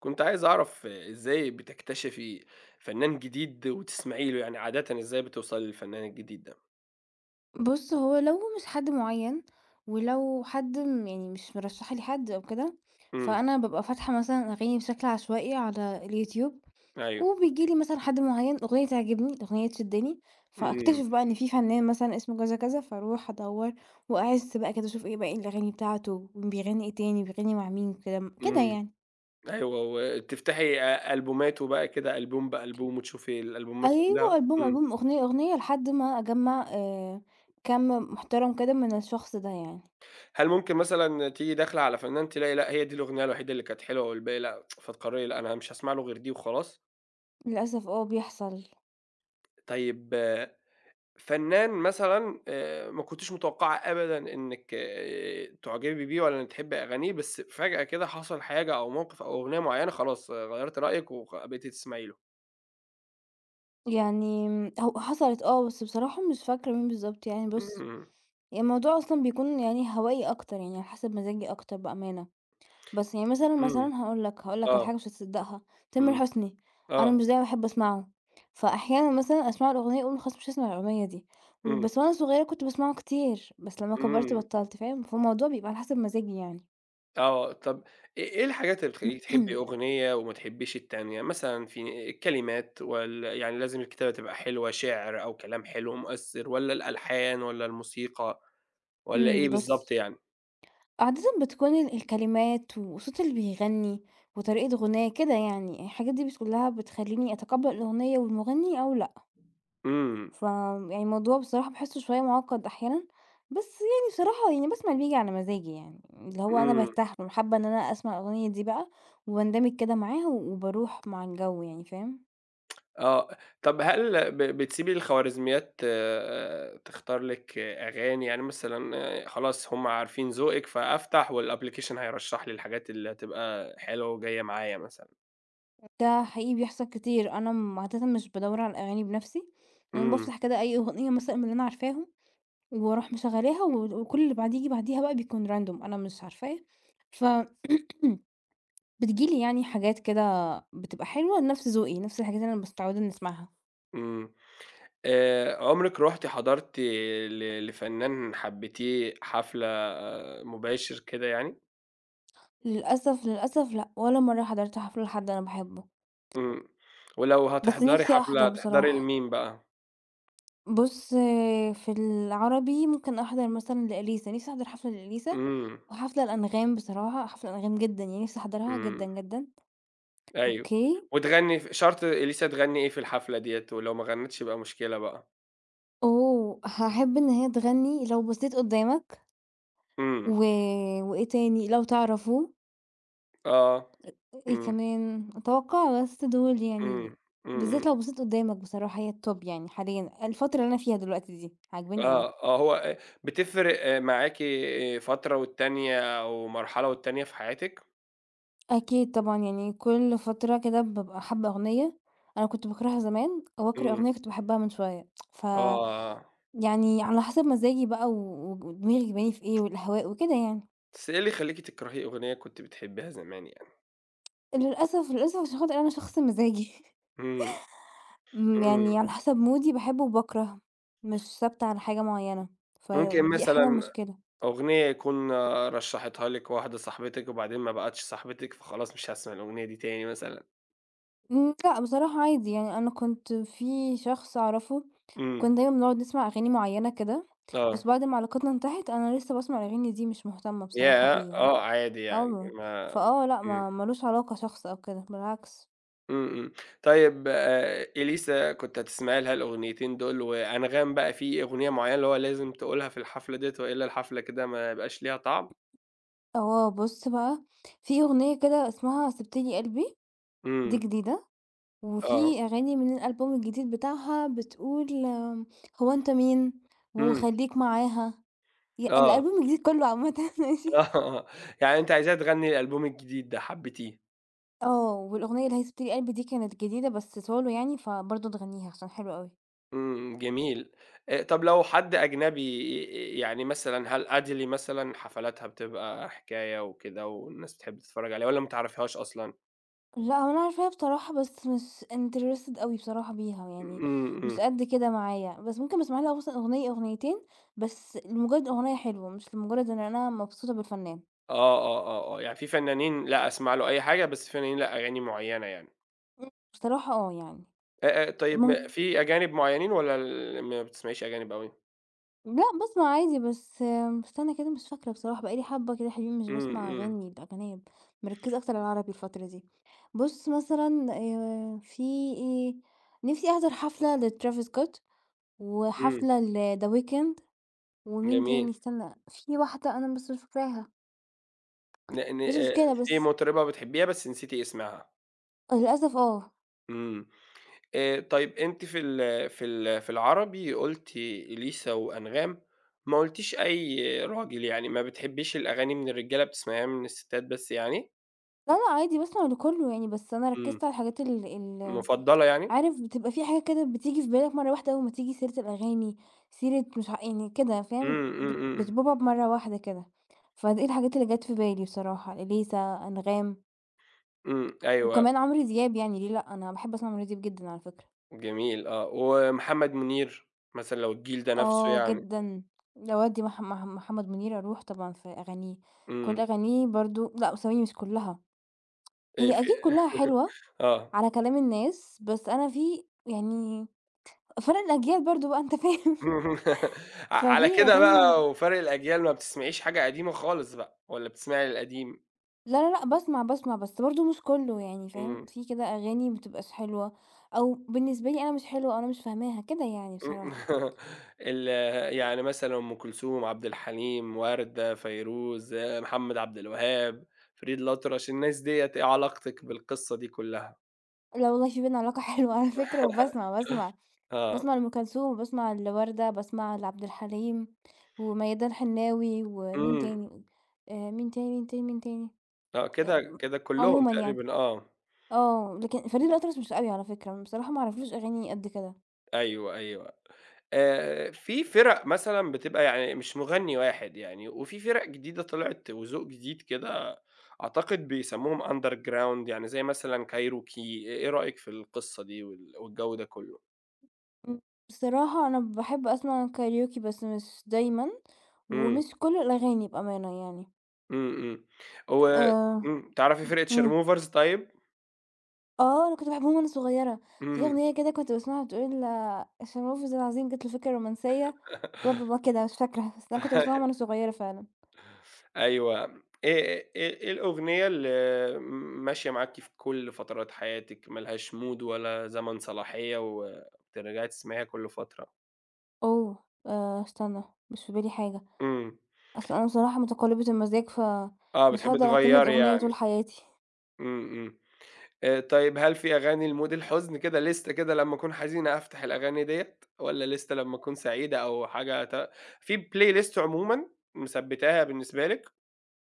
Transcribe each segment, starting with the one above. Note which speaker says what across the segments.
Speaker 1: كنت عايز أعرف إزاي بتكتشفي فنان جديد وتسمعي له، يعني عادةً إزاي بتوصلي للفنان الجديد ده؟
Speaker 2: بُص، هو لو مش حد معيّن، ولو حد م يعني مش مرشّحه لي حد أو كده،
Speaker 1: إمم،
Speaker 2: فأنا بابقى فاتحة مثلًا أغاني بشكل عشوائي على اليوتيوب،
Speaker 1: أيوه،
Speaker 2: وبييجي لي مثلًا حد معيّن، أغنية تعجبني، أغنية تشدّني،
Speaker 1: إمم،
Speaker 2: فأكتشف بقى إن في فنان مثلًا اسمه كذا، كذا، فاروح أدوّر وأعِس بقى كده أشوف إيه باقي الأغاني بتاعته، بيغني إيه تاني، بيغني مع مين، كده كده
Speaker 1: إمم،
Speaker 2: يعني.
Speaker 1: أيوه وتفتحي ألبوماته بقى كده ألبوم بألبوم وتشوفي الألبومات كلها،
Speaker 2: أيوه، ألبوم،
Speaker 1: إمم،
Speaker 2: ألبوم، أغنية، أغنية، لحد ما أجمّع كَم محترم كده من الشخص ده يعني.
Speaker 1: هل ممكن مثلًا تيجي داخلة على فنان تلاقي لأ هي دي الأغنية الوحيدة اللي كانت حلوة والباقي لأ، فتقرري لأ أنا مش هاسمع له غير دي وخلاص؟
Speaker 2: للأسف آه بيحصل.
Speaker 1: طيب فنان مثلًا ما كنتيش متوقعة أبدًا إنِّك تعجبي بيه ولا إنِّك تحبي أغانيه، بس فجأة كده حصل حاجة أو موقف أو أغنية معيّنة خلاص آه، غيّرتِ رأيِك بقيتِ تسمعي له.
Speaker 2: يعني هو حصلت آه، بس بصراحة مش فاكرة مين بالضبط يعني بُص،
Speaker 1: إمم،
Speaker 2: يعني الموضوع أصلًا بيكون يعني هوائي أكتر، يعني على حسب مزاجي أكتر بأمانة، بس يعني مثلًا،
Speaker 1: إمم،
Speaker 2: مثلًا هاقول لك على
Speaker 1: آه،
Speaker 2: حاجة مش هتصدقها، تامر
Speaker 1: إمم،
Speaker 2: حسني، أنا
Speaker 1: آه،
Speaker 2: مش دايمًا باحب أسمعه، فأحيانًا مثلًا أسمع له أغنية أقول خلاص مش هاسمع الأغنية دي،
Speaker 1: إمم،
Speaker 2: وبس وأنا صغيرة كنت باسمعه كتير، بس لمّا كبرت
Speaker 1: إمم،
Speaker 2: بطلت، فاهم؟ فالموضوع بيبقى على حسب مزاجي يعني.
Speaker 1: آه. طَب إيه الحاجات اللي بتخلّيكِ تحبي أغنية وما تحبيش التانية؟ مثلًا في الكلمات والّا يعني لازم الكتابة تبقى حلوة، شِعر أو كلام حلو مؤثّر والّا الألحان والّا الموسيقى والّا إيه بالضبط
Speaker 2: بُص،
Speaker 1: يعني؟
Speaker 2: عادةً بتكون الكلمات وصوت اللي بيغني وطريقة غناه كده يعني، الحاجات دي كلها بتخلّيني أتقبّل الأغنية والمغني أو لأ،
Speaker 1: إمم،
Speaker 2: يعني الموضوع بصراحة باحسّه شوية معقّد أحيانًا، بس يعني بصراحة يعني باسمع اللي بييجي على مزاجي يعني، اللي هو أنا
Speaker 1: إمم.
Speaker 2: بارتاح له، حابة إن أنا أسمع الأغنية دي بقى وباندمج كده معاها وباروح مع الجو يعني فاهم؟
Speaker 1: آه، طب هل بتسيبي الخوارزميات تختار لِك أغاني؟ يعني مثلًا خلاص هُم عارفين ذوقِك، فأفتح والapplication هيرشّح لي الحاجات اللي هتبقى حلوة وجاية معايا مثلًا.
Speaker 2: ده حقيقي بيحصل كتير، أنا عادةً مش بادوّر على الأغاني بنَفْسي، يعني
Speaker 1: إمم،
Speaker 2: بافتح كده أي أغنية مثلًا من اللي أنا عارفاهم وأروح مشغّلاها وكل اللي بعد ييجي بعديها بقى بيكون random أنا مش عارفاه، ف بتيجي لي يعني حاجات كده بتبقى حلوة لنفس ذوقي، نفس الحاجات اللي أنا مستعودة إني أسمعها.
Speaker 1: إمم. عمرِك رُحتِ حضرتِ لفنان حبيتيه حفلة مباشر كده يعني؟
Speaker 2: للأسف، للأسف لأ، ولا مرّة حضرت حفلة لحد أنا باحبه،
Speaker 1: إمم، ولو
Speaker 2: بس
Speaker 1: هتحضري
Speaker 2: نِفْسي
Speaker 1: حفلة
Speaker 2: أحضر
Speaker 1: هتحضري
Speaker 2: بصراحة.
Speaker 1: لمين بقى؟
Speaker 2: بُص، آه، في العربي ممكن أحضر مثلًا لإليسا، نِفْسي أحضر حفلة لإليسا
Speaker 1: إمم،
Speaker 2: وحفلة لأنغام بصراحة، حفلة أنغام جدًا يعني نِفْسي أحضرها جدًا،
Speaker 1: إمم.
Speaker 2: جدًا.
Speaker 1: أيوه.
Speaker 2: أوكي،
Speaker 1: وتغني شرط إليسا تغني إيه في الحفلة ديّة، ولو ما غنّتش يبقى مشكلة بقى.
Speaker 2: أوه! هاحب إن هي تغني لو بصيت قُدّامك.
Speaker 1: إمم،
Speaker 2: و وإيه تاني لو تعرفوا،
Speaker 1: آه،
Speaker 2: إيه
Speaker 1: إمم،
Speaker 2: كمان؟ أتوقع بس دول يعني،
Speaker 1: إمم، إمم، إمم.
Speaker 2: بالذات لو بصيت قدّامك بصراحة هي الtop يعني حاليًا، الفترة اللي أنا فيها دلوقتي دي، عاجباني أوي.
Speaker 1: آه، آه، هو بتفرق معاكِ فترة والتانية أو مرحلة والتانية في حياتِك؟
Speaker 2: أكيد طبعًا يعني كل فترة كده بابقى حابة أغنية أنا كنت باكرهها زمان، وأكره
Speaker 1: إمم،
Speaker 2: أغنية كنت باحبها من شوية،
Speaker 1: آه.
Speaker 2: يعني على حسب مزاجي بقى و ودماغي جايباني في إيه والأهواء وكده يعني.
Speaker 1: بس إيه اللي يخلّيكِ تكرهي أغنية كنتِ بتحبيها زمان يعني؟
Speaker 2: للأسف، للأسف عشان خاطر أنا شخص مزاجي.
Speaker 1: إمم، إمم.
Speaker 2: يعني على حسب مودي باحب وباكره، مش ثابتة على حاجة معيّنة،
Speaker 1: ممكن
Speaker 2: فدي أحيانًا
Speaker 1: مثلًا
Speaker 2: مشكلة.
Speaker 1: أغنية يكون رشّحتها لِك واحدة صاحبتِك وبعدين ما بقتش صاحبتِك، فخلاص مش هاسمع الأغنية دي تاني مثلًا.
Speaker 2: لأ بصراحة عادي يعني أنا كنت في شخص أعرفه،
Speaker 1: إمم،
Speaker 2: كنا دايمًا بنقعد نسمع أغاني معيّنة كده، بس
Speaker 1: آه.
Speaker 2: بعد ما علاقتنا انتهت أنا لسه باسمع الأغاني دي مش مهتمة بصراحة
Speaker 1: ياه!
Speaker 2: بيه يعني.
Speaker 1: آه عادي يعني
Speaker 2: آه،
Speaker 1: ما
Speaker 2: فآه لأ
Speaker 1: إمم،
Speaker 2: ما لوش علاقة شخص أو كده بالعكس.
Speaker 1: إمم، إمم. طيب إليسا كنت هتسمعي لها الأغنيتين دول، وأنغام بقى في أغنية معيّنة اللي هو لازم تقولها في الحفلة ديّة وإلا الحفلة كده ما يبقاش ليها طعم؟
Speaker 2: آه، بُص بقى، في أغنية كده اسمها سِبت لي قلبي، دي
Speaker 1: إمم،
Speaker 2: جديدة،
Speaker 1: آه،
Speaker 2: وفي أغاني من الألبوم الجديد بتاعها بتقول هو أنت مين؟
Speaker 1: إمم،
Speaker 2: وخليك معاها،
Speaker 1: آه، آه،
Speaker 2: الألبوم الجديد كله عامةً ماشي،
Speaker 1: يعني أنتِ عايزاها تغني الألبوم الجديد ده حبيتيه،
Speaker 2: آه، والأغنية اللي هي سبت لي قلبي دي كانت جديدة بس solo يعني، فبرضه تغنيها عشان حلوة أوي.
Speaker 1: إمم، جميل. طب لو حد أجنبي يعني مثلًا هل أديلي مثلًا حفلاتها بتبقى حكاية وكده والناس بتحب تتفرّج عليها والّا ما تعرفيهاش أصلًا؟
Speaker 2: لأ هو أنا عارفاها بصراحة بس مش interested أوي بصراحة بيها يعني،
Speaker 1: إمم، إمم.
Speaker 2: مش قد كده معايا، بس ممكن أسمع لها مثلًا أغنية أغنيتين بس لمجرد الأغنية حلوة، مش لمجرد إن أنا مبسوطة بالفنان.
Speaker 1: آه، آه، آه، آه، يعني في فنانين لأ أسمع له أي حاجة، بس في فنانين لأ أغاني معيّنة يعني.
Speaker 2: مم. بصراحة آه يعني.
Speaker 1: طيب
Speaker 2: مم،
Speaker 1: في أجانب معيّنين والّا ما بتسمعيش أجانب أوي؟
Speaker 2: لأ باسمع عادي، بس استنى كده مش فاكرة بصراحة، بقى لي حبة كده حلوين مش
Speaker 1: إمم،
Speaker 2: باسمع
Speaker 1: إمم،
Speaker 2: أغاني الأجانب، مركّزة أكتر على العربي الفترة دي. بُص مثلًا في إيه، نِفْسي أحضر حفلة لTravis Scott
Speaker 1: إمم،
Speaker 2: وحفلة لThe Weeknd ومين
Speaker 1: جميل.
Speaker 2: تاني استنى، في واحدة أنا بس مش فاكراها،
Speaker 1: لإن
Speaker 2: مش مشكلة
Speaker 1: في
Speaker 2: بس
Speaker 1: مطربة بتحبيها بس نسيتِ اسمها.
Speaker 2: للأسف آه.
Speaker 1: إمم. طيب أنتِ في العربي قُلتِ إليسا وأنغام، ما قُلتيش أي راجل، يعني ما بتحبيش الأغاني من الرجالة، بتسمعيها من الستات بس يعني؟
Speaker 2: لا، لأ عادي باسمع لكُلّه يعني، بس أنا
Speaker 1: إمم،
Speaker 2: ركّزت على الحاجات ال ال
Speaker 1: مفضلة يعني؟
Speaker 2: عارف بتبقى في حاجة كده بتيجي في بالك مرة واحدة أول ما تيجي سيرة الأغاني، سيرة مش ع يعني كده فاهم،
Speaker 1: إمم، إمم، إمم،
Speaker 2: بتبوب أب مرة واحدة كده، فدي الحاجات اللي جات في بالي بصراحة، إليسا، أنغام،
Speaker 1: إمم، أيوه.
Speaker 2: وكمان عمرو دياب يعني ليه لأ، أنا باحب أسمع عمرو دياب جدًا على فكرة.
Speaker 1: جميل آه، ومحمد منير مثلًا لو الجيل ده نَفْسه
Speaker 2: آه
Speaker 1: يعني،
Speaker 2: جدًا، أودّي مح مح محمد منير أروح طبعًا في أغانيه، كل
Speaker 1: إمم،
Speaker 2: أغانيه برضه لأ ثواني مش كلها،
Speaker 1: إيه
Speaker 2: هي
Speaker 1: في
Speaker 2: أكيد كلها حلوة
Speaker 1: آه،
Speaker 2: على كلام الناس، بس أنا في يعني فَرْق الأجيال برضه بقى أنت فاهم،
Speaker 1: على
Speaker 2: ففي
Speaker 1: كده
Speaker 2: أغاني
Speaker 1: بقى وفرْق الأجيال ما بتسمعيش حاجة قديمة خالص بقى والّا بتسمعي القديم؟
Speaker 2: لا، لا، لأ، باسمع، باسمع، بس برضه مش كلّه يعني
Speaker 1: إمم،
Speaker 2: فاهم، في كده أغاني ما بتبقاش حلوة، أو بالنسبة لي أنا مش حلوة أو أنا مش فاهماها كده يعني
Speaker 1: إمم،
Speaker 2: بصراحة.
Speaker 1: ال يعني مثلًا أم كلثوم، عبد الحليم، وردة، فيروز، محمد عبد الوهاب، فريد الأطرش، الناس ديّة إيه علاقتِك بالقصة دي كلّها؟
Speaker 2: لا والله في بيننا علاقة حلوة على فكرة، وباسمع، باسمع،
Speaker 1: آه،
Speaker 2: باسمع لأم كلثوم، وباسمع لوردة، باسمع لعبد الحليم، وميادة الحناوي، ومين
Speaker 1: إمم،
Speaker 2: تاني، مين تاني، مين تاني، مين تاني،
Speaker 1: آه، كده
Speaker 2: آمم،
Speaker 1: كده كلّهم
Speaker 2: عمومًا يعني،
Speaker 1: تقريبًا آه،
Speaker 2: آه، لكن فريد الأطرش مش أوي على فكرة، بصراحة ما أعرفلوش أغاني قد كده.
Speaker 1: أيوه، أيوه. في فِرَق مثلًا بتبقى يعني مش مُغنّي واحد يعني، وفي فِرَق جديدة طلعت وذوق جديد كده أعتقد بيسمّوهم underground يعني زي مثلًا كايروكي، إيه رأيك في القصة دي والجو ده كُلّه؟
Speaker 2: إمم، بصراحة أنا باحب أسمع كاريوكي بس مش دايمًا،
Speaker 1: إمم،
Speaker 2: ومش كل الأغاني بأمانة يعني،
Speaker 1: إمم، إمم. هو
Speaker 2: آآ
Speaker 1: إمم، تعرفي فِرقة
Speaker 2: إمم،
Speaker 1: شرموفرز طيب؟
Speaker 2: آه، أنا كنت باحبهم وأنا صغيرة، في
Speaker 1: إمم.
Speaker 2: أغنية كده كنت باسمعها بتقول الشموفرز العظيم جات له فكرة رومانسية بلا، بلا، بلا كده مش فاكرة، بس أنا كنت باسمعهم وأنا صغيرة فعلًا.
Speaker 1: أيوه. إيه الأغنية اللي ماشية معاكِ في كل فترات حياتِك ما لهاش mood ولا زمن صلاحية وبترجعي تسمعيها كل فترة؟
Speaker 2: أوه! استنى، مش في بالي حاجة،
Speaker 1: إمم.
Speaker 2: أصل أنا بصراحة متقلبة المزاج،
Speaker 1: آه،
Speaker 2: فمش
Speaker 1: بتحبي
Speaker 2: هاقدر أعتمد
Speaker 1: تغيّري
Speaker 2: أغنية
Speaker 1: يعني،
Speaker 2: طول حياتي.
Speaker 1: إمم، إمم، طيب هل في أغاني لمود الحزن كده ليستة كده لمّا أكون حزينة أفتح الأغاني ديّة، والّا ليستة لمّا أكون سعيدة أو حاجة في playlist عمومًا مثبّتاها بالنسبة لِك؟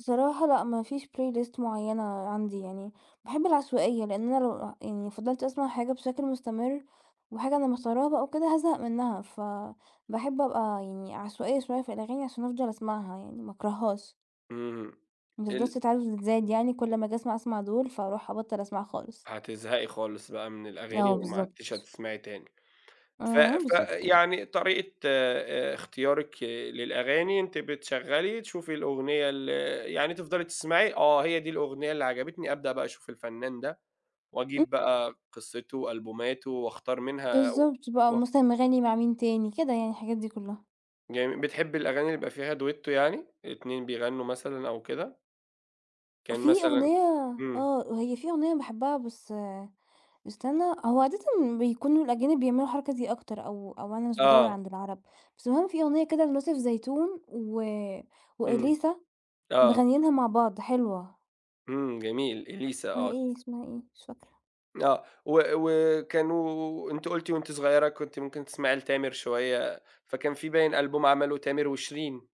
Speaker 2: بصراحة لأ، ما فيش playlist معيّنة عندي يعني، باحب العشوائية، لإن أنا لو يعني فضلت أسمع حاجة بشكل مستمر، وحاجة أنا مختاراها بقى وكده هازهق منها، فباحب أبقى يعني عشوائية شوية في الأغاني عشان أفضل أسمعها يعني ما أكرههاش،
Speaker 1: إمم،
Speaker 2: ما تفضلش
Speaker 1: ال
Speaker 2: تتعدد يعني كل ما آجي أسمع دول، فأروح أبطّل أسمع خالص.
Speaker 1: هتزهقي خالص بقى من الأغاني
Speaker 2: آه
Speaker 1: وما عدتيش
Speaker 2: بالضبط.
Speaker 1: هتسمعي تاني،
Speaker 2: آه، بالضبط كده.
Speaker 1: فيعني طريقة اختيارِك للأغاني أنتِ بتشغّلي تشوفي الأغنية يعني تفضلي تسمعي، هي دي الأغنية اللي عجبتني أبدأ بقى أشوف الفنان ده
Speaker 2: إمم،
Speaker 1: وأجيب بقى قصته، ألبوماته، وأختار منها و
Speaker 2: بالضبط بقى، مثلًا مغني مع مين تاني، كده يعني الحاجات دي كلّها.
Speaker 1: جميل، بتحبّي الأغاني اللي يبقى فيها duetto يعني، 2 بيغنّوا مثلًا أو كده؟ كان
Speaker 2: في
Speaker 1: مثلًا
Speaker 2: أغنية
Speaker 1: إمم،
Speaker 2: آه، هي في أغنية باحبها بس استنى، هو عادةً بيكونوا الأجانب بيعملوا الحركة دي أكتر أو أنا مش بادوّر
Speaker 1: آه،
Speaker 2: عند العرب، بس المهم في أغنية كده ليوسف زيتون و
Speaker 1: إمم،
Speaker 2: وإليسا
Speaker 1: آه،
Speaker 2: مغنيينها مع بعض حلوة،
Speaker 1: إمم، جميل، إليسا
Speaker 2: اسمها
Speaker 1: آه،
Speaker 2: إيه، اسمها إيه، مش فاكرة.
Speaker 1: آه، وكانوا أنتِ قُلتِ وأنتِ صغيّرة كنتِ ممكن تسمعي لتامر شوية، فكان في باين ألبوم عمله تامر وشيرين،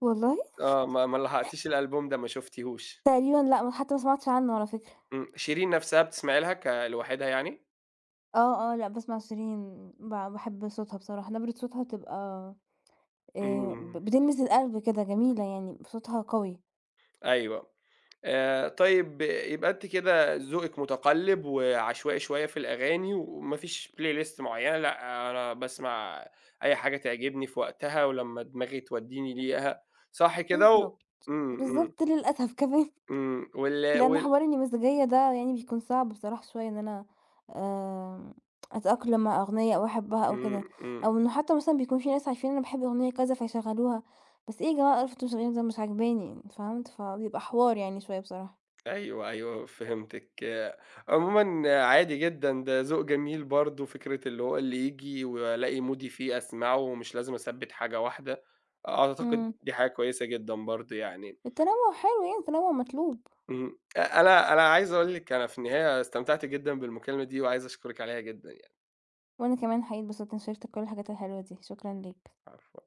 Speaker 2: والله!
Speaker 1: آه، ما لحقتيش الألبوم ده، ما شُفتيهوش،
Speaker 2: تقريبًا لأ، حتى ما سمعتش عنه على فكرة.
Speaker 1: إمم، شيرين نَفْسها بتسمعي لها لوحدها يعني؟
Speaker 2: آه، آه، لأ باسمع شيرين، باحب صوتها بصراحة، نبرة صوتها بتبقى ب
Speaker 1: إمم،
Speaker 2: بتلمس القلب كده، جميلة يعني، صوتها قوي.
Speaker 1: أيوه. طيب يبقى أنتِ كده ذوقِك متقلِّب وعشوائي شوية في الأغاني وما فيش playlist معيّنة، لأ أنا باسمع أي حاجة تعجبني في وقتها ولمّا دماغي تودّيني ليها، صح كده
Speaker 2: بالضبط،
Speaker 1: إمم، إمم،
Speaker 2: بالضبط للأسف كمان.
Speaker 1: إمم، وال
Speaker 2: لأن
Speaker 1: وال
Speaker 2: حوار إني مزيكية ده يعني بيكون صعب بصراحة شوية إن أنا آمم، أتأقلم مع أغنية أو أحبها أو
Speaker 1: إمم،
Speaker 2: كده،
Speaker 1: إمم،
Speaker 2: أو إنه حتى مثلًا بيكون في ناس عارفين إن أنا باحب أغنية كذا فيشغلوها، بس إيه يا جماعة ألف تشغيل ده مش عاجباني فهمت؟ فبيبقى حوار يعني شوية بصراحة.
Speaker 1: أيوه، أيوه فهمتِك. آه، عمومًا عادي جدًا، ده ذوق جميل برضه فكرة اللي هو اللي ييجي وألاقي مودي فيه أسمعه ومش لازم أثبِّت حاجة واحدة، أعتقد
Speaker 2: إمم،
Speaker 1: دي حاجة كويسة جدًا برضه يعني.
Speaker 2: التنوع حلو يعني التنوع مطلوب،
Speaker 1: اهم. أ أنا أنا عايز أقول لِك أنا في النهاية استمتعت جدًا بالمكالمة دي وعايز أشكرِك عليها جدًا يعني،
Speaker 2: وأنا كمان حقيقي اتبسطت إني شاركتك كل الحاجات الحلوة دي، شكرًا ليك.
Speaker 1: عفوًا.